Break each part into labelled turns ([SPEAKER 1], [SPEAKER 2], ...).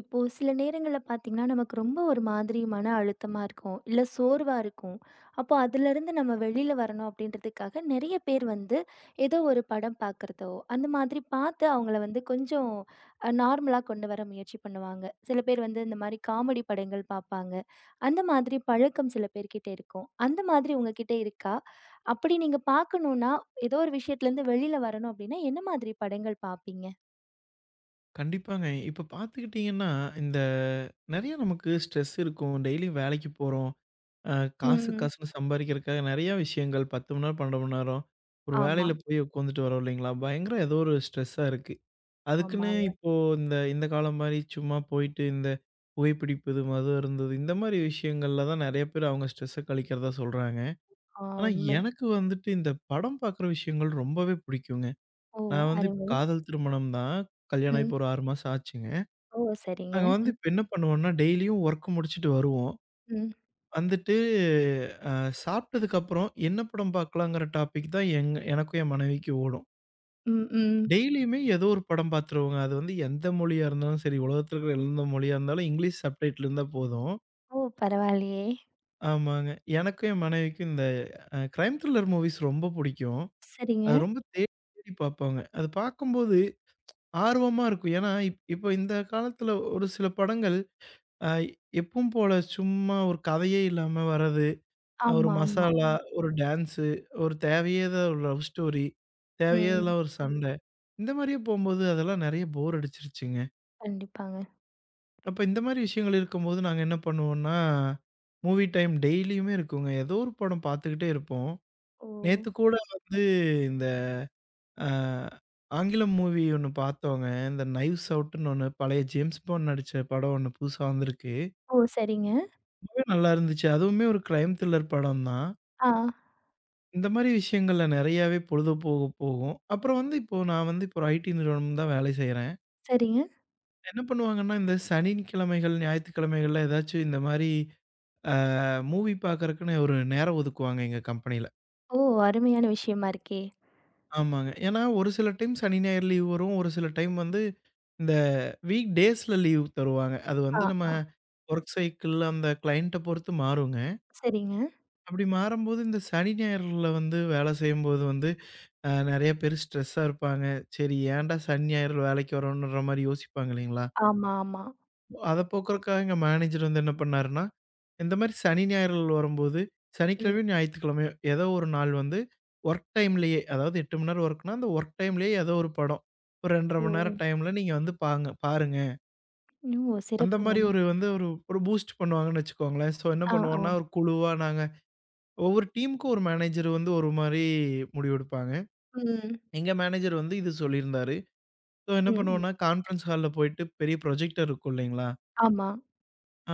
[SPEAKER 1] இப்போ சில நேரங்கள்ல பார்த்தீங்கன்னா, நமக்கு ரொம்ப ஒரு மாதிரி மன அழுத்தமா இருக்கும். இல்ல சோர்வா இருக்கும். அப்போ அதுலருந்து நம்ம வெளில வரணும் அப்டின்றதுக்காக நெறைய பேர் வந்து ஏதோ ஒரு படம் பார்க்குறதோ, அந்த மாதிரி பார்த்து அவங்கள வந்து கொஞ்சம் நார்மலா கொண்டு வர முயற்சி பண்ணுவாங்க. சில பேர் வந்து இந்த மாரி காமெடி படங்கள் பார்ப்பாங்க. அந்த மாதிரி பழக்கம் சில பேர்கிட்ட இருக்கும். அந்த மாதிரி உங்ககிட்ட இருக்கா? அப்படி நீங்க பார்க்கணும்னா, ஏதோ ஒரு விஷயத்துலருந்து வெளில வரணும் அப்டின்னா, என்ன மாதிரி படங்கள் பார்ப்பீங்க?
[SPEAKER 2] கண்டிப்பாங்க. இப்ப பார்த்துக்கிட்டீங்கன்னா, இந்த நெறைய நமக்கு ஸ்ட்ரெஸ் இருக்கும். டெய்லியும் வேலைக்கு போறோம். அ காசு
[SPEAKER 1] ம்.
[SPEAKER 2] காசுன்னு சம்பாரிக்கிறதுக்காக நெறைய விஷயங்கள் 10 மணி நேரம், 12 மணி நேரம் ஒரு
[SPEAKER 1] ஆமா.
[SPEAKER 2] வேலையில போய் உட்காந்துட்டு வரோம் இல்லைங்களா? பயங்கர ஏதோ ஒரு ஸ்ட்ரெஸ்ஸா இருக்கு. அதுக்குன்னு
[SPEAKER 1] ஆமாங்க.
[SPEAKER 2] இப்போ இந்த இந்த காலம் மாரி சும்மா போயிட்டு இந்த புகைப்பிடிப்பது, மது அருந்துவது இந்த மாரி விஷயங்கள்ல தான் நெறைய பேர் அவங்க ஸ்ட்ரெஸ்ஸ கழிக்கிறதா சொல்றாங்க.
[SPEAKER 1] ஆ
[SPEAKER 2] ஆனா
[SPEAKER 1] உண்மை.
[SPEAKER 2] எனக்கு வந்துட்டு இந்த படம் பார்க்குற விஷயங்கள் ரொம்பவே பிடிக்குங்க.
[SPEAKER 1] ஓ!
[SPEAKER 2] நான் வந்து இப்போ
[SPEAKER 1] அருமை.
[SPEAKER 2] காதல் திருமணம் தான். கல்யாணம் ஆகி
[SPEAKER 1] ம்.
[SPEAKER 2] இப்போ ஒரு 6 மாசம் ஆச்சுங்க.
[SPEAKER 1] ஓ! சரிங்க.
[SPEAKER 2] நாங்க வந்து இப்ப என்ன பண்ணுவோம்னா, டெய்லியும் ஒர்க் முடிச்சுட்டு வருவோம்.
[SPEAKER 1] ம்.
[SPEAKER 2] வந்துட்டு அ சாப்பிட்டதுக்கப்புறம் என்ன படம் பார்க்கலாங்கிற டாபிக் தான் எங்க எனக்கும் என் மனைவிக்கும் ஓடும்.
[SPEAKER 1] ம், ம்.
[SPEAKER 2] டெய்லியுமே ஏதோ ஒரு படம் பார்த்துருவோங்க. அது வந்து எந்த மொழியா இருந்தாலும் சரி, உலகத்துல இருக்கிற எந்த மொழியா இருந்தாலும் இங்கிலீஷ் சப்டைட்டில் இருந்தா போதும்.
[SPEAKER 1] ஓ! பரவாயில்லையே.
[SPEAKER 2] ஆமாங்க. எனக்கும் என் மனைவிக்கும் இந்த கிரைம் த்ரில்லர் மூவிஸ் ரொம்ப புடிக்கும்.
[SPEAKER 1] சரிங்க.
[SPEAKER 2] அது ரொம்ப தேடி தேடி பார்ப்பாங்க. அது பார்க்கும்போது ஆர்வமா இருக்கும். ஏன்னா, இப்ப இந்த காலத்துல ஒரு சில படங்கள் அ எப்பவும் போல சும்மா ஒரு கதையே இல்லாம வர்றது, ஒரு
[SPEAKER 1] ஆமா, ஆமா.
[SPEAKER 2] மசாலா, ஒரு டான்ஸு, ஒரு தேவையே இல்லாத ஒரு லவ் ஸ்டோரி, தேவையே
[SPEAKER 1] ம்.
[SPEAKER 2] இல்லாத ஒரு சண்டை, இந்த மாரியே போம்போது அதெல்லாம் நெறைய போர் அடிச்சிருச்சுங்க.
[SPEAKER 1] கண்டிப்பாங்க.
[SPEAKER 2] அப்ப இந்த மாரி விஷயங்கள் இருக்கும்போது நாங்க என்ன பண்ணுவோம்னா, மூவி டைம் டெய்லியுமே இருக்குங்க. ஏதோ ஒரு படம் பார்த்துக்கிட்டே இருப்போம்.
[SPEAKER 1] ஓ!
[SPEAKER 2] நேத்து கூட வந்து இந்த அ ஆங்கிலம் மூவி ஒண்ணு பார்த்தோங்க. இந்த நைவ்ஸ் அவுட்ன்னு ஒண்ணு பழைய ஜேம்ஸ் பாண்ட் நடிச்ச படம் ஒண்ணு புதுசா வந்திருக்கு.
[SPEAKER 1] ஓ! சரிங்க.
[SPEAKER 2] ரொம்பவே நல்லா இருந்துச்சு. அதுவுமே ஒரு கிரைம் த்ரில்லர் படம் தான்.
[SPEAKER 1] ஆ.
[SPEAKER 2] இந்த மாரி விஷயங்கள்ல நெறையாவே பொழுது போக போகும். அப்புறம் வந்து இப்போ நான் வந்து இப்போ ஒரு ஐடி நிறுவனம் தான் வேலை செய்றேன்.
[SPEAKER 1] சரிங்க.
[SPEAKER 2] என்ன பண்ணுவாங்கன்னா, இந்த சனிக்கிழமைகள், ஞாயித்துக்கிழமைகள்ல ஏதாச்சும் இந்த மாரி அ மூவி பார்க்கறக்குன்னு ஒரு நேரம் ஒதுக்குவாங்க எங்க கம்பெனில.
[SPEAKER 1] ஓ! அருமையான விஷயமா இருக்கே.
[SPEAKER 2] ஆமாங்க. ஏன்னா ஒரு சில டைம் சனி, ஞாயிறு லீவ் வரும். ஒரு சில டைம் வந்து இந்த வீக் டேஸ்ல லீவ் தருவாங்க. அது
[SPEAKER 1] ஆ,
[SPEAKER 2] வந்து நம்ம
[SPEAKER 1] ஆ.
[SPEAKER 2] வொர்க் சைக்கிள் அந்த கிளையண்ட்ட பொறுத்து மாறுங்க.
[SPEAKER 1] சரிங்க.
[SPEAKER 2] அப்படி மாறும்போது இந்த சனி, ஞாயிறுல வந்து வேலை செய்யும்போது வந்து நெறைய பேரு ஸ்ட்ரெஸ்ஸா இருப்பாங்க. சரி ஏன்டா சனி, ஞாயிறு வேலைக்கு வரோன்ற மாரி யோசிப்பாங்க இல்லைங்களா?
[SPEAKER 1] ஆமா, ஆமா.
[SPEAKER 2] அத போக்குறதுக்காக எங்க மேனேஜர் வந்து என்ன பண்ணாருன்னா, இந்த மாரி சனி, ஞாயிறுகள் வரும்போது
[SPEAKER 1] ம்.
[SPEAKER 2] சனிக்கிழமையும், ஞாயித்துக்கிழமையும் ஏதோ ஒரு நாள் வந்து வொர்க் டைம்லயே அதாவது 8 மணி நேரம் வொர்க்னா, அந்த வொர்க் டைம்லயே ஏதோ ஒரு படம். ஒரு 2 1/2
[SPEAKER 1] ஓ!
[SPEAKER 2] மணி நேரம் டைம்ல நீங்க வந்து பாருங்க.
[SPEAKER 1] ஓ!
[SPEAKER 2] அந்த
[SPEAKER 1] சிறப்புங்க.
[SPEAKER 2] மாரி ஒரு வந்து ஒரு ஒரு பூஸ்ட் பண்ணுவாங்கன்னு வச்சுக்கோங்களேன். ஸோ என்ன
[SPEAKER 1] ஆ, ஆ.
[SPEAKER 2] பண்ணுவோம்னா, ஒரு குழுவா நாங்க ஒவ்வொரு டீமுக்கும் ஒரு மேனேஜர் வந்து ஒரு மாரி முடிவெடுப்பாங்க.
[SPEAKER 1] ம்.
[SPEAKER 2] எங்க மேனேஜர் வந்து இது சொல்லியிருந்தாரு. ஸோ என்ன
[SPEAKER 1] ம், ம்.
[SPEAKER 2] பண்ணுவோம்னா, கான்ஃபரன்ஸ் ஹால்ல போயிட்டு பெரிய ப்ரொஜெக்டர் இருக்கும் இல்லைங்களா?
[SPEAKER 1] ஆமா.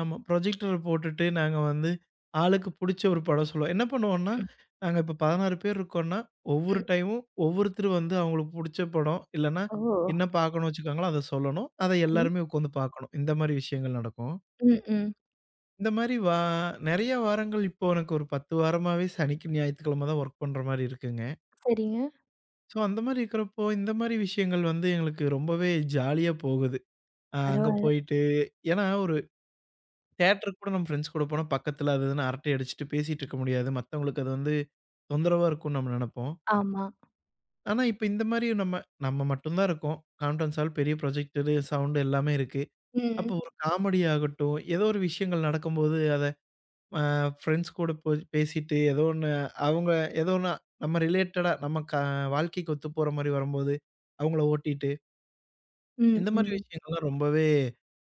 [SPEAKER 2] ஆமா. ப்ரொஜெக்டர போட்டுட்டு நாங்க வந்து ஆளுக்கு புடிச்ச ஒரு படம் சொல்லுவோம். என்ன பண்ணுவோம்னா, நாங்க இப்ப 16 பேர் இருக்கோம்னா, ஒவ்வொரு
[SPEAKER 1] ம்.
[SPEAKER 2] டைமும் ஒவ்வொருத்தர் வந்து அவங்களுக்கு புடிச்ச படம், இல்லன்னா
[SPEAKER 1] ஓ!
[SPEAKER 2] என்ன பார்க்கணும்னு வச்சுருக்காங்களோ அத சொல்லணும். அத
[SPEAKER 1] சரி.
[SPEAKER 2] எல்லாருமே உட்காந்து பார்க்கணும். இந்த மாரி விஷயங்கள் நடக்கும்.
[SPEAKER 1] ம், ம்.
[SPEAKER 2] இந்த மாரி வா நெறைய வாரங்கள் இப்போ எனக்கு ஒரு 10 வாரமாவே சனிக்கு, ஞாயித்துக்கிழமை தான் ஒர்க் பண்ற மாரி இருக்குங்க.
[SPEAKER 1] சரிங்க.
[SPEAKER 2] ஸோ அந்த மாரி இருக்கிறப்போ, இந்த மாரி விஷயங்கள் வந்து எங்களுக்கு ரொம்பவே ஜாலியா போகுது. அங்க
[SPEAKER 1] பரவால்ல.
[SPEAKER 2] போயிட்டு ஏன்னா ஒரு தியேட்டருக்கு கூட நம்ம ஃப்ரெண்ட்ஸ் கூட போனா பக்கத்துல அது இதுன்னு அரட்டை அடிச்சுட்டு பேசிட்டு இருக்க முடியாது. மத்தவங்களுக்கு அது வந்து தொந்தரவா இருக்கும்னு நம்ம நெனப்போம்.
[SPEAKER 1] ஆமா.
[SPEAKER 2] ஆனா, இப்ப இந்த மாரி நம்ம நம்ம மட்டும் தான் இருக்கோம். கான்ஃபரன்ஸ் ஹால், பெரிய ப்ரொஜெக்டரு, சவுண்ட் எல்லாமே இருக்கு. அப்போ
[SPEAKER 1] ம்.
[SPEAKER 2] ஒரு காமெடி ஆகட்டும், ஏதோ ஒரு விஷயங்கள் நடக்கும்போது அத அ ஃப்ரெண்ட்ஸ் கூட போய் பேசிட்டு ஏதோ ஒண்ணு அவங்க ஏதோ ஒண்ணு நம்ம ரிலேட்டடா நம்ம வாழ்க்கைக்கு ஒத்து போற மாரி வரும்போது, அவங்கள ஓட்டிட்டு
[SPEAKER 1] ம்,
[SPEAKER 2] இந்த மாரி
[SPEAKER 1] ம்.
[SPEAKER 2] விஷயங்கள்லாம் ரொம்பவே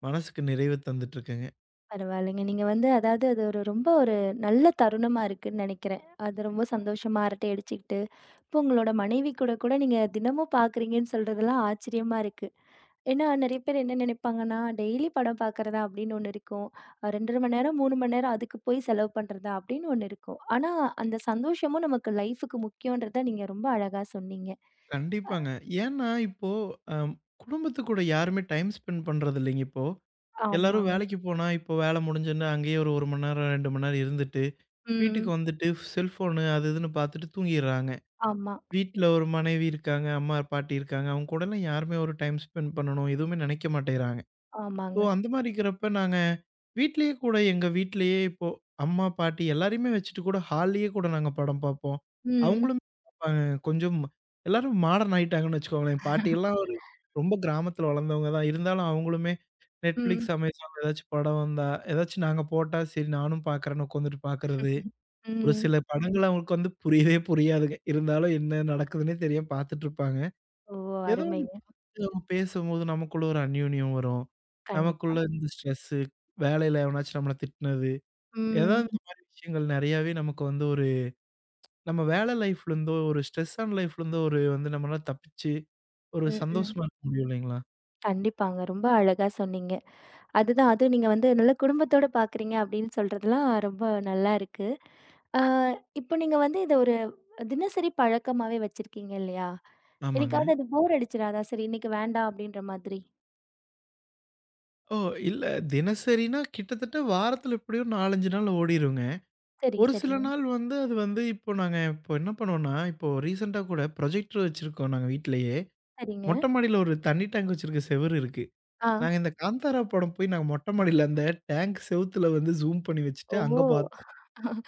[SPEAKER 2] மனசுக்கு நிறைவு தந்துட்டு இருக்குங்க.
[SPEAKER 1] பரவாயில்லைங்க. நீங்க வந்து அதாவது அது ஒரு ரொம்ப ஒரு நல்ல தருணமா இருக்குன்னு நெனைக்கிறேன். அது ரொம்ப சந்தோஷமா அரட்டை அடிச்சுக்கிட்டு, இப்போ உங்களோட மனைவி கூட கூட நீங்க தினமும் பார்க்குறீங்கன்னு சொல்றதெல்லாம் ஆச்சரியமா இருக்கு. ஏன்னா நெறைய பேர் என்ன நெனைப்பாங்கன்னா, டெய்லி படம் பார்க்குறதா அப்படின்னு ஒண்ணு இருக்கும். 2½ 1/2 மணி நேரம், 3 மணி நேரம் அதுக்கு போய் செலவு பண்றதா அப்படின்னு ஒண்ணு இருக்கும். ஆனா அந்த சந்தோஷமும் நமக்கு லைஃப்‌க்கு முக்கியன்றத நீங்க ரொம்ப அழகா சொன்னீங்க.
[SPEAKER 2] கண்டிப்பாங்க. ஏன்னா, இப்போ அம் குடும்பத்து கூட யாருமே டைம் ஸ்பெண்ட் பண்றது இல்லைங்க இப்போ. எல்லாரும்
[SPEAKER 1] ஆமாங்க.
[SPEAKER 2] வேலைக்கு போனா, இப்போ வேலை முடிஞ்சோனே அங்கேயே ஒரு 1 மணி நேரம், 2 மணி நேரம் இருந்துட்டு, வீட்டுக்கு
[SPEAKER 1] ம்.
[SPEAKER 2] வந்துட்டு செல்ஃபோனு அது இதுன்னு பார்த்துட்டு தூங்கிர்றாங்க.
[SPEAKER 1] ஆமா.
[SPEAKER 2] வீட்ல ஒரு மனைவி இருக்காங்க, அம்மா, பாட்டி இருக்காங்க. அவங்க கூடலாம் யாருமே ஒரு டைம் ஸ்பெண்ட் பண்ணணும், எதுவுமே நெனைக்க மாட்டேங்கிறாங்க. ஸோ,
[SPEAKER 1] ஆமாங்க.
[SPEAKER 2] அந்த மாரி இருக்கிறப்ப நாங்க வீட்லயே கூட எங்க வீட்லயே இப்போ அம்மா, பாட்டி எல்லாரையுமே வச்சுட்டு கூட ஹால்லயே கூட நாங்க படம் பார்ப்போம்.
[SPEAKER 1] ம்.
[SPEAKER 2] அவங்களும் பார்ப்பாங்க. கொஞ்சம் எல்லாரும் மாடர்ன் ஆயிட்டாங்கன்னு வச்சுக்கோங்களேன். பாட்டியெல்லாம் ஒரு ரொம்ப கிராமத்துல வளர்ந்தவங்க தான். இருந்தாலும் அவங்களுமே Netflix,
[SPEAKER 1] ம்.
[SPEAKER 2] Amazon ஏதாச்சும் படம் வந்தா, ஏதாச்சும் நாங்க போட்டா, சரி நானும் பார்க்குறேன்னு உட்காந்துட்டு பார்க்கறது. ஒரு
[SPEAKER 1] ம்.
[SPEAKER 2] சில படங்கள் அவங்களுக்கு வந்து புரியவே புரியாதுங்க. இருந்தாலும் என்ன நடக்குதுன்னே தெரியாம பார்த்துட்டு இருப்பாங்க.
[SPEAKER 1] ஓ!
[SPEAKER 2] ஏதோ ஒண்ணு
[SPEAKER 1] அருமைங்க.
[SPEAKER 2] பார்த்து நம்ம பேசும்போது நமக்குள்ள ஒரு அந்யோன்யம் வரும்.
[SPEAKER 1] கண்டிப்பா.
[SPEAKER 2] நமக்குள்ள இந்த ஸ்ட்ரெஸ்ஸு, வேலையில எவனாச்சும் நம்மள திட்டுனது,
[SPEAKER 1] ம்.
[SPEAKER 2] ஏதாவது இந்த மாரி விஷயங்கள் நெறையாவே நமக்கு வந்து ஒரு நம்ம வேலை லைஃப்ல இருந்தோ, ஒரு ஸ்ட்ரெஸ்ஸான லைஃப்ல இருந்தோ ஒரு வந்து நம்மளால தப்பிச்சு, ஒரு
[SPEAKER 1] ம், ம்.
[SPEAKER 2] சந்தோஷமா இருக்க முடியும் இல்லைங்களா?
[SPEAKER 1] கண்டிப்பாங்க. ரொம்ப அழகா சொன்னீங்க. அதுதான் அதுவும் நீங்க வந்து நல்ல குடும்பத்தோட பார்க்குறீங்க அப்படின்னு சொல்றதெல்லாம் ரொம்ப நல்லா இருக்கு. ஆ இப்போ நீங்க வந்து இத ஒரு தினசரி பழக்கமாவே வச்சிருக்கீங்க இல்லையா?
[SPEAKER 2] ஆமாங்க.
[SPEAKER 1] என்னைக்காவது அது போர் அடிச்சிராதா? சரி இன்னைக்கு வேண்டாம் அப்படின்ற மாதிரி.
[SPEAKER 2] ஓ! இல்ல தினசரினா கிட்டத்தட்ட வாரத்துல எப்படியும் 4, 5 நாள் ஓடிருங்க.
[SPEAKER 1] சரி,
[SPEAKER 2] ஒரு சில
[SPEAKER 1] சரிங்க,
[SPEAKER 2] நாள் வந்து அது வந்து இப்போ நாங்க இப்போ என்ன பண்ணுவோம்னா, இப்போ ரீசென்ட்டா கூட ப்ரொஜெக்டர் வச்சிருக்கோம் நாங்க வீட்லயே.
[SPEAKER 1] சரிங்க.
[SPEAKER 2] மொட்ட மாடியில ஒரு தண்ணி டேங்க் வச்சிருக்க செவுரு இருக்கு.
[SPEAKER 1] ஆ.
[SPEAKER 2] நாங்க இந்த காந்தாரா படம் போய் நாங்க மொட்ட மாடியில அந்த டேங்க் செவுத்துல வந்து ஜூம் பண்ணி வச்சுட்டு
[SPEAKER 1] ஓ!
[SPEAKER 2] அங்க பார்த்தோம்.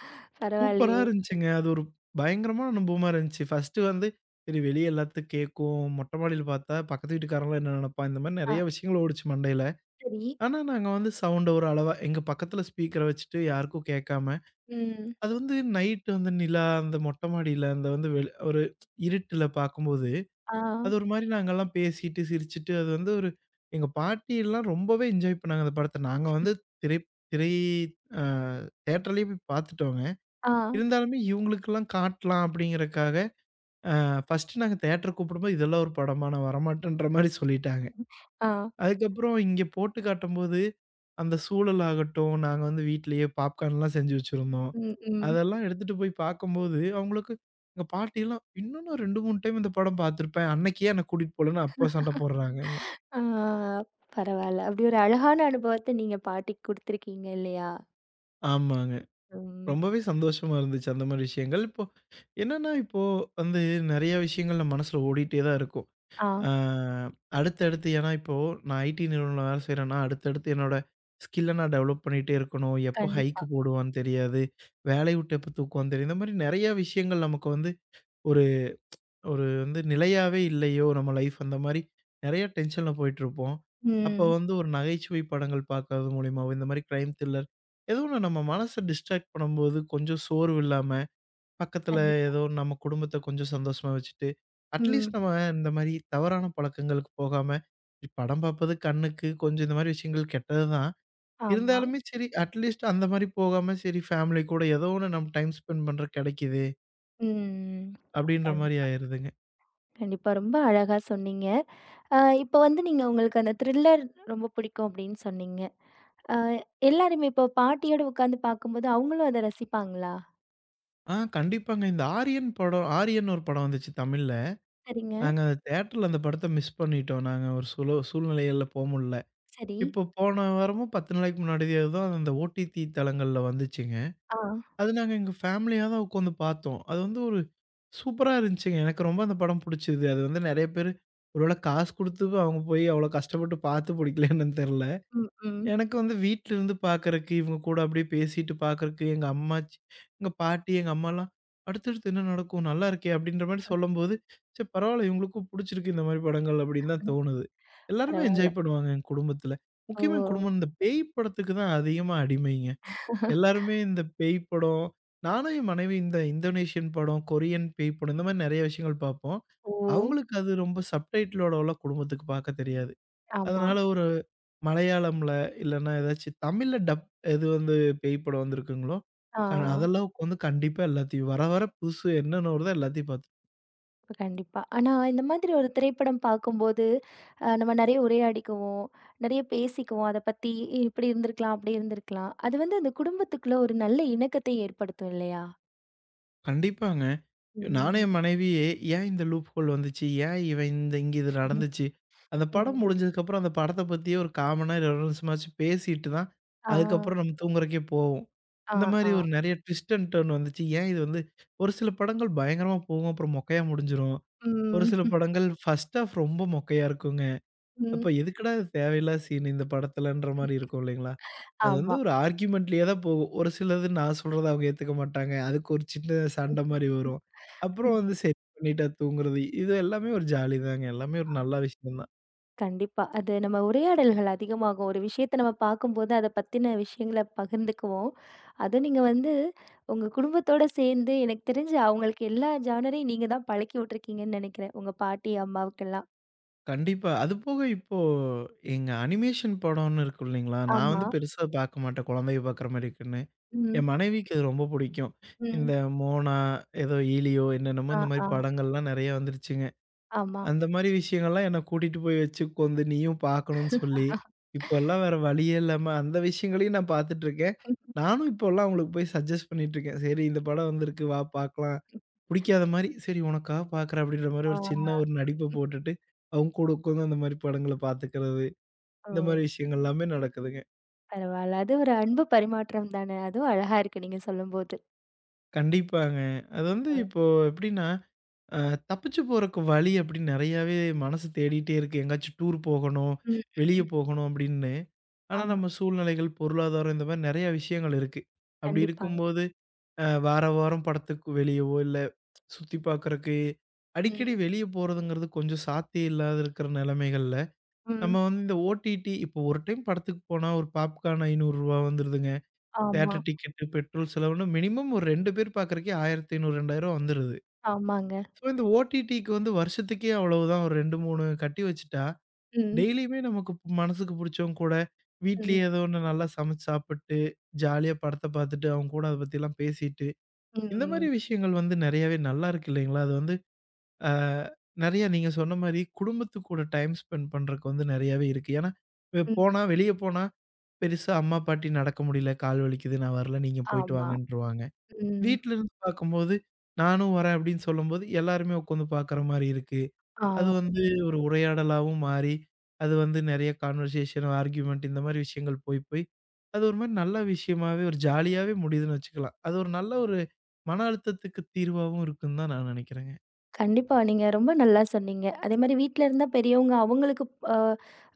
[SPEAKER 2] சூப்பரா
[SPEAKER 1] பரவாயில்லையே.
[SPEAKER 2] இருந்துச்சுங்க. அது ஒரு பயங்கரமான அனுபவமா இருந்துச்சு. ஃபர்ஸ்ட்டு வந்து சரி வெளிய எல்லாத்துக்கும் கேட்கும். மொட்ட மாடியில பார்த்தா பக்கத்து வீட்டுக்காரன்லாம் என்ன நினைப்பான்? இந்த மாரி
[SPEAKER 1] ஆ
[SPEAKER 2] நெறைய விஷயங்கள் ஓடுச்சு மண்டையில.
[SPEAKER 1] சரி.
[SPEAKER 2] ஆனா நாங்க வந்து சவுண்ட ஒரு அளவா எங்க பக்கத்துல ஸ்பீக்கர வச்சுட்டு யாருக்கும் கேட்காம,
[SPEAKER 1] ம்.
[SPEAKER 2] அது வந்து நைட் வந்து நிலா அந்த மொட்ட மாடியில அந்த வந்து வெளி ஒரு இருட்டுல பார்க்கும்போது
[SPEAKER 1] ஆ,
[SPEAKER 2] அது ஒரு மாரி நாங்கலாம் பேசிட்டு, சிரிச்சுட்டு அது வந்து ஒரு எங்க பாட்டிலாம் ரொம்பவே என்ஜாய் பண்ணாங்க அந்த படத்த. நாங்க வந்து திரை திரை அ தியேட்டர்லயே போய் பார்த்துட்டோங்க.
[SPEAKER 1] ஆ,
[SPEAKER 2] இருந்தாலுமே இவங்களுக்கெல்லாம் காட்டலாம் அப்படிங்கிறக்காக, ஃபர்ஸ்ட்டு நாங்க தியேட்டர் கூப்பிடும்போது, "இதெல்லாம் ஒரு படமா? நான் வரமாட்டேன்ற" மாரி சொல்லிட்டாங்க.
[SPEAKER 1] ஆ.
[SPEAKER 2] அதுக்கப்புறம் இங்க போட்டு காட்டும்போது, அந்த சூழல் ஆகட்டும், நாங்க வந்து வீட்லயே பாப்கார்ன்லாம் செஞ்சு வச்சிருந்தோம்.
[SPEAKER 1] ம், ம்.
[SPEAKER 2] அதெல்லாம் எடுத்துட்டு போய் பார்க்கும்போது, அவங்களுக்கு எங்க பாட்டிலாம், "இன்னும் நான் 2, 3 டைம் இந்த படம் பார்த்துருப்பேன். அன்னைக்கு ஏன் என்ன கூட்டிட்டு போலன்னு" அப்பா சண்ட போடுறாங்கங்க.
[SPEAKER 1] ஆ பரவால்ல. அப்படி ஒரு அழகான அனுபவத்த நீங்க பாட்டிக்கு குடுத்துருக்கீங்க இல்லையா?
[SPEAKER 2] ஆமாங்க.
[SPEAKER 1] ம்.
[SPEAKER 2] ரொம்பவே சந்தோஷமா இருந்துச்சு அந்த மாரி விஷயங்கள். இப்போ என்னன்னா, இப்போ வந்து நெறைய விஷயங்கள் நம்ம மனசுல ஓடிட்டே தான் இருக்கும்.
[SPEAKER 1] ஆ
[SPEAKER 2] ஆ அடுத்தடுத்து ஏன்னா இப்போ நான் ஐடி நிறுவனம்ல வேலை செய்றேன்னா, அடுத்தடுத்து என்னோட ஸ்கில்ல நான் டெவலப் பண்ணிட்டே இருக்கணும். எப்போ ஹைக்
[SPEAKER 1] கண்டிப்பா.
[SPEAKER 2] போடுவான்னு தெரியாது. வேலைய விட்டு எப்போ தூக்குவான்னு தெரியாது. இந்த மாரி நெறைய விஷயங்கள் நமக்கு வந்து ஒரு வந்து நிலையாவே இல்லையோ! நம்ம லைஃப் அந்த மாரி நெறைய டென்ஷன்ல போயிட்டுருப்போம். அப்போ
[SPEAKER 1] ம்.
[SPEAKER 2] வந்து ஒரு நகைச்சுவை படங்கள் பார்க்கறது மூலியமாவோ, இந்த மாரி கிரைம் த்ரில்லர் ஏதோ ஒண்ணு நம்ம மனச டிஸ்ட்ராக்ட் பண்ணும்போது கொஞ்சம் சோர்வு இல்லாம, பக்கத்துல
[SPEAKER 1] கண்டிப்
[SPEAKER 2] ஏதோ நம்ம குடும்பத்த கொஞ்சம் சந்தோஷமா வச்சுட்டு,
[SPEAKER 1] ம்.
[SPEAKER 2] அட்லீஸ்ட் நம்ம இந்த மாரி தவறான பழக்கங்களுக்கு போகாம, படம் பார்ப்பது கண்ணுக்கு கொஞ்சம் இந்த மாரி விஷயங்கள் கெட்டது தான்.
[SPEAKER 1] ஆமா.
[SPEAKER 2] இருந்தாலுமே சரி அட்லீஸ்ட் அந்த மாரி போகாம, சரி ஃபேமிலி கூட ஏதோ ஒண்ணு நம்ம டைம் ஸ்பெண்ட் பண்றக்கு கெடைக்குது,
[SPEAKER 1] ம்.
[SPEAKER 2] அப்டின்ற
[SPEAKER 1] கண்
[SPEAKER 2] மாரி ஆயிருதுங்க.
[SPEAKER 1] கண்டிப்பா. ரொம்ப அழகா சொன்னீங்க. அ இப்ப வந்து நீங்க உங்களுக்கு அந்த த்ரில்லர் ரொம்ப பிடிக்கும் அப்படின்னு சொன்னீங்க. அ எல்லாருமே இப்போ பாட்டியோட உட்காந்து பார்க்கும்போது அவங்களும் அத ரசிப்பாங்களா?
[SPEAKER 2] ஆ கண்டிப்பாங்க. இந்த ஆரியன் படம் ஆரியன்னு ஒரு படம் வந்துச்சு தமிழ்ல.
[SPEAKER 1] சரிங்க.
[SPEAKER 2] நாங்க அந்த தியேட்டர்ல அந்த படத்த மிஸ் பண்ணிட்டோம். நாங்க ஒரு சுல சூழ்நிலைகள்ல போ முடில.
[SPEAKER 1] சரி.
[SPEAKER 2] இப்போ போன வாரமும் 10 நாளைக்கு முன்னாடியே தான் அந்த ஓடிடி தளங்கள்ல வந்துச்சுங்க.
[SPEAKER 1] ஆ.
[SPEAKER 2] அது நாங்க எங்க ஃபேமிலியா தான் உட்காந்து பார்த்தோம். அது வந்து ஒரு சூப்பரா இருந்துச்சுங்க. எனக்கு ரொம்ப அந்த படம் புடிச்சது. அது வந்து நெறைய பேரு ஒரு வேள காசு குடுத்து அவங்க போய் அவ்வளோ கஷ்டப்பட்டு பார்த்து புடிக்கல என்னன்னு தெர்ல.
[SPEAKER 1] ம், ம்.
[SPEAKER 2] எனக்கு வந்து வீட்லருந்து பார்க்கறக்கு, இவங்க கூட அப்படியே பேசிட்டு பார்க்கறக்கு, எங்க அம்மாச்சி எங்க பாட்டி, எங்க அம்மாலாம், "அடுத்தடுத்து என்ன நடக்கும்? நல்லா இருக்கே!" அப்படின்ற மாரி சொல்லும்போது, "சரி பரவால்ல, இவங்களுக்கும் புடிச்சிருக்கு இந்த மாரி படங்கள்." அப்படின்னு தான் தோணுது. எல்லாருமே
[SPEAKER 1] பரவால்ல.
[SPEAKER 2] என்ஜாய் பண்ணுவாங்க எங்க குடும்பத்தில.
[SPEAKER 1] ஓ!
[SPEAKER 2] முக்கியமா என் குடும்பம் இந்த பேய் படத்துக்கு தான் அதிகமா அடிமைங்க. எல்லாருமே இந்த பேய் படம் நானும் என் மனைவியும் இந்த இந்தோனேஷியன் படம், கொரியன் பேய் படம் இந்த மாரி நெறைய விஷயங்கள் பார்ப்போம்.
[SPEAKER 1] ஓ!
[SPEAKER 2] அவங்களுக்கு அது ரொம்ப சப்டைட்டிலோடலாம் குடும்பத்துக்கு பார்க்க தெரியாது.
[SPEAKER 1] ஆமா.
[SPEAKER 2] அதனால ஒரு மலையாளம்ல, இல்லன்னா ஏதாச்சும் தமிழ்ல டப் எது வந்து பேய் படம் வந்திருக்குங்களோ,
[SPEAKER 1] ஆ.
[SPEAKER 2] அதெல்லாம் உட்காந்து கண்டிப்பா எல்லாத்தையும் வர வர புதுசு என்னென்ன வருதோ எல்லாத்தையும் பார்த்து
[SPEAKER 1] கண்டிப்பா. ஆனா, இந்த மாதிரி ஒரு திரைப்படம் பார்க்கும்போது, நம்ம நெறைய உரையாடிக்குவோம், நெறைய பேசிக்குவோம். அத பத்தி இப்படி இருந்திருக்கலாம், அப்படி இருந்திருக்கலாம். அது வந்து அந்த குடும்பத்துக்குள்ள ஒரு நல்ல இணக்கத்தை ஏற்படுத்தும் இல்லையா?
[SPEAKER 2] கண்டிப்பாங்க. நானும்
[SPEAKER 1] ம்.
[SPEAKER 2] என் மனைவியே ஏன் இந்த லூப் ஹோல் வந்துச்சு? ஏன் இவன் இந்த இங்க இது நடந்துச்சு? அந்த படம்
[SPEAKER 1] ம்.
[SPEAKER 2] முடிஞ்சதுக்கப்புறம் அந்த படத்த பத்தியே ஒரு காமனா 20 நிமிஷமாச்சும் பேசிட்டு தான்,
[SPEAKER 1] ஆ,
[SPEAKER 2] அதுக்கப்புறம் நம்ம தூங்குறதுக்கே போவோம்.
[SPEAKER 1] ஆ,
[SPEAKER 2] இந்த
[SPEAKER 1] ஆ.
[SPEAKER 2] மாரி ஒரு நெறைய ட்விஸ்ட் அண்ட் டர்ன் வந்துச்சு. ஏன் இது வந்து ஒரு சில படங்கள் பயங்கரமா போகும், அப்புறம் மொக்கையா முடிஞ்சிரும். ஒரு சில
[SPEAKER 1] ம்.
[SPEAKER 2] படங்கள் ஃபர்ஸ்ட் ஹாஃப் ரொம்ப மொக்கையா இருக்குங்க.
[SPEAKER 1] ம்.
[SPEAKER 2] அப்ப எதுக்குடா இது தேவையில்லாத சீன் இந்த படத்துலன்ற மாரி இருக்கும் இல்லைங்களா? அது வந்து
[SPEAKER 1] ஆமா.
[SPEAKER 2] ஒரு ஆர்கியுமெண்ட்லயே தான் போகும். ஒரு சிலது நான் சொல்றத அவங்க ஏத்துக்க மாட்டாங்க. அதுக்கு ஒரு சின்ன சண்டை மாரி வரும். அப்புறம் வந்து சரி பண்ணிட்டா தூங்குறது. இது எல்லாமே ஒரு ஜாலி தாங்க. எல்லாமே ஒரு நல்ல விஷயம் தான்.
[SPEAKER 1] கண்டிப்பா. அது நம்ம உரையாடல்கள் அதிகமாகும். ஒரு விஷயத்த நம்ம பார்க்கும்போது, அத பத்தின விஷயங்கள பகிர்ந்துக்குவோம். அதுவும் நீங்க வந்து உங்க குடும்பத்தோட சேர்ந்து எனக்கு தெரிஞ்சு அவங்களுக்கு எல்லா ஜானரையும் நீங்க தான் பழக்கி விட்டுருக்கீங்கன்னு நெனைக்கிறேன். உங்க பாட்டி, அம்மாவுக்கெல்லாம்.
[SPEAKER 2] கண்டிப்பா. அது போக இப்போ எங்க அனிமேஷன் படம்னு இருக்கும் இல்லைங்களா? நான்
[SPEAKER 1] ஆமா.
[SPEAKER 2] வந்து பெருசா பார்க்க மாட்டேன் குழந்தைங்க பார்க்குற மாரி இருக்குன்னு.
[SPEAKER 1] ம்.
[SPEAKER 2] என் மனைவிக்கு அது ரொம்ப பிடிக்கும். இந்த
[SPEAKER 1] ம்.
[SPEAKER 2] மோனா, ஏதோ ஈலியோ என்னென்னமோ
[SPEAKER 1] ஆ,
[SPEAKER 2] இந்த மாரி
[SPEAKER 1] ஆ.
[SPEAKER 2] படங்கள்லாம் நெறைய வந்துருச்சுங்க.
[SPEAKER 1] ஆமா.
[SPEAKER 2] அந்த மாரி விஷயங்கள்லாம் என்ன கூட்டிட்டு போய் வச்சு உட்காந்து நீயும் பார்க்கணும்னு சொல்லி, இப்போலாம் வேற வழியே இல்லாம அந்த விஷயங்களையும் நான் பார்த்துட்டுருக்கேன். நானும் இப்போலாம் அவங்களுக்கு போய் சஜெஸ்ட் பண்ணிட்டுருக்கேன். சரி இந்த படம் வந்திருக்கு வா பார்க்கலாம். பிடிக்காத மாரி சரி உனக்காக பார்க்குறேன் அப்படின்ற மாரி
[SPEAKER 1] ஆ.
[SPEAKER 2] ஒரு சின்ன ஒரு நடிப்ப போட்டுட்டு, அவங்க கூட உட்காந்து அந்த மாரி படங்கள பார்த்துக்கிறது.
[SPEAKER 1] ஓ!
[SPEAKER 2] இந்த மாரி விஷயங்கள் எல்லாமே நடக்குதுங்க.
[SPEAKER 1] பரவால்ல. அது ஒரு அன்பு பரிமாற்றம் தானே! அதுவும் அழகா இருக்கு நீங்க சொல்லும்போது.
[SPEAKER 2] கண்டிப்பாங்க. அது வந்து
[SPEAKER 1] அ.
[SPEAKER 2] இப்போ எப்படின்னா அ தப்பிச்சு போறக்கு வழி அப்படின்னு நெறையாவே மனசு தேடிட்டே இருக்கு. எங்கேயாச்சும் டூர் போகணும்,
[SPEAKER 1] ம்,
[SPEAKER 2] வெளிய
[SPEAKER 1] ம்.
[SPEAKER 2] போகணும் அப்படின்னு. ஆனா,
[SPEAKER 1] ஆமா.
[SPEAKER 2] நம்ம சூழ்நிலைகள், பொருளாதாரம் இந்த மாரி நெறைய விஷயங்கள் இருக்கு. அப்படி
[SPEAKER 1] கண்டிப்பாங்க.
[SPEAKER 2] இருக்கும்போது, வார வாரம் படத்துக்கு வெளியவோ, இல்ல சுத்தி பார்க்கறக்கு,
[SPEAKER 1] ம்,
[SPEAKER 2] அடிக்கடி வெளிய போறதுங்கிறது கொஞ்சம் சாத்தியம் இல்லாத இருக்கிற நெலைமைகள்ல,
[SPEAKER 1] ம்.
[SPEAKER 2] நம்ம வந்து இந்த ஓடிடி இப்போ ஒரு டைம் படத்துக்கு போனா ஒரு பாப்கார்ன் ரூ. 500 வந்துருதுங்க.
[SPEAKER 1] ஆமா.
[SPEAKER 2] தியேட்டர் டிக்கெட்டு, பெட்ரோல் செலவுன்னு மினிமம் ஒரு 2 பேர் பார்க்கறக்கே ரூ. 1500, 2000 வந்துருது.
[SPEAKER 1] ஆமாங்க.
[SPEAKER 2] ஸோ இந்த ஓடிடிக்கு வந்து வருஷத்துக்கே அவ்வளவுதான். ஒரு 2, 3 கட்டி வச்சுட்டா,
[SPEAKER 1] ம்,
[SPEAKER 2] டெய்லியுமே நமக்கு மனசுக்கு புடிச்சவங்க கூட,
[SPEAKER 1] ம்,
[SPEAKER 2] வீட்லயே ஏதோ ஒண்ணு நல்லா சமைச்சு சாப்பிட்டு, ஜாலியா படத்த பார்த்துட்டு, அவங்க கூட அத பத்திலாம் பேசிட்டு, இந்த மாரி
[SPEAKER 1] ம்.
[SPEAKER 2] விஷயங்கள் வந்து நெறையாவே நல்லா இருக்கு இல்லைங்களா? அது வந்து அ நெறையா நீங்க சொன்ன மாரி குடும்பத்து கூட டைம் ஸ்பெண்ட் பண்றதுக்கு வந்து நெறையாவே இருக்கு. ஏன்னா, வெ
[SPEAKER 1] ம்.
[SPEAKER 2] போனா வெளிய போனா பெருசா அம்மா, பாட்டி நடக்க முடியல, கால் வலிக்குது, நான் வரல, நீங்க போயிட்டு
[SPEAKER 1] ஆமா.
[SPEAKER 2] வாங்கன்ருவாங்க.
[SPEAKER 1] ம்.
[SPEAKER 2] வீட்ல இருந்து பார்க்கும்போது, "நானும் வரேன்" அப்படின்னு சொல்லும்போது, எல்லாருமே உட்காந்து பார்க்குற மாரி இருக்கு. அது
[SPEAKER 1] ஆமா.
[SPEAKER 2] வந்து ஒரு உரையாடலாவும் மாறி, அது வந்து நெறைய கான்வர்சேஷன், ஆர்கியுமென்ட் இந்த மாரி விஷயங்கள் போய் போய், அது ஒரு மாரி நல்ல விஷயமாவே, ஒரு ஜாலியாவே முடியுதுன்னு வச்சுக்கலாம். அது ஒரு நல்ல ஒரு மன அழுத்தத்துக்கு தீர்வாவும் இருக்குன்னு தான் நான் நெனைக்கிறேங்க.
[SPEAKER 1] கண்டிப்பா. நீங்க ரொம்ப நல்லா சொன்னீங்க. அதேமாரி வீட்ல இருந்தா பெரியவங்க அவங்களுக்கு அ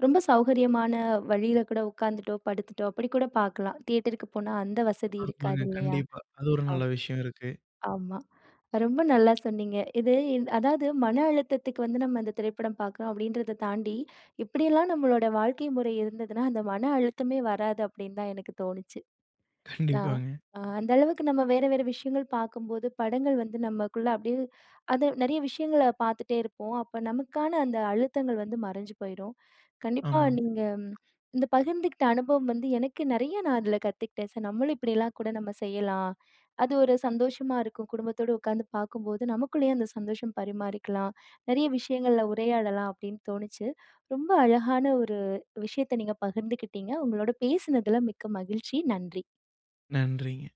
[SPEAKER 1] ரொம்ப சௌகரியமான வழியில கூட உட்காந்துட்டோ, படுத்துட்டோ அப்படி கூட பார்க்கலாம். தியேட்டருக்கு போனா அந்த வசதி இருக்காது
[SPEAKER 2] ஆமாங்க.
[SPEAKER 1] இல்லையா?
[SPEAKER 2] கண்டிப்பா. அது ஒரு நல்ல
[SPEAKER 1] ஆம்
[SPEAKER 2] விஷயம் இருக்கு.
[SPEAKER 1] ஆமா. ரொம்ப நல்லா சொன்னீங்க. இது அதாவது மன அழுத்தத்துக்கு வந்து நம்ம இந்த திரைப்படம் பார்க்குறோம் அப்படின்றத தாண்டி, இப்படியெல்லாம் நம்மளோட வாழ்க்கை முறை இருந்ததுன்னா, அந்த மன அழுத்தமே வராது அப்படின்னு தான் எனக்கு தோணுச்சு. நான்
[SPEAKER 2] கண்டிப்பாங்க.
[SPEAKER 1] அந்த அளவுக்கு நம்ம வேற வேற விஷயங்கள் பார்க்கும்போது, படங்கள் வந்து நமக்குள்ள அப்படியே அது நெறைய விஷயங்கள பார்த்துட்டே இருப்போம். அப்ப நமக்கான அந்த அழுத்தங்கள் வந்து மறைஞ்சு போயிரும். கண்டிப்பா
[SPEAKER 2] ஆமாங்க.
[SPEAKER 1] நீங்க ம், இந்த பகிர்ந்துக்கிட்ட அனுபவம் வந்து எனக்கு நெறைய நான் அதில கத்துக்கிட்டேன். நம்மளும் இப்படிலாம் கூட நம்ம செய்யலாம். அது ஒரு சந்தோஷமா இருக்கும். குடும்பத்தோட உட்காந்து பார்க்கும்போது, நமக்குள்ளேயே அந்த சந்தோஷம் பரிமாறிக்கலாம். நெறைய விஷயங்கள்ல உரையாடலாம் அப்படின்னு தோணுச்சு. ரொம்ப அழகான ஒரு விஷயத்த நீங்க பகிர்ந்துக்கிட்டீங்க. உங்களோட பேசினதில மிக்க மகிழ்ச்சி. நன்றி.
[SPEAKER 2] நன்றிங்க.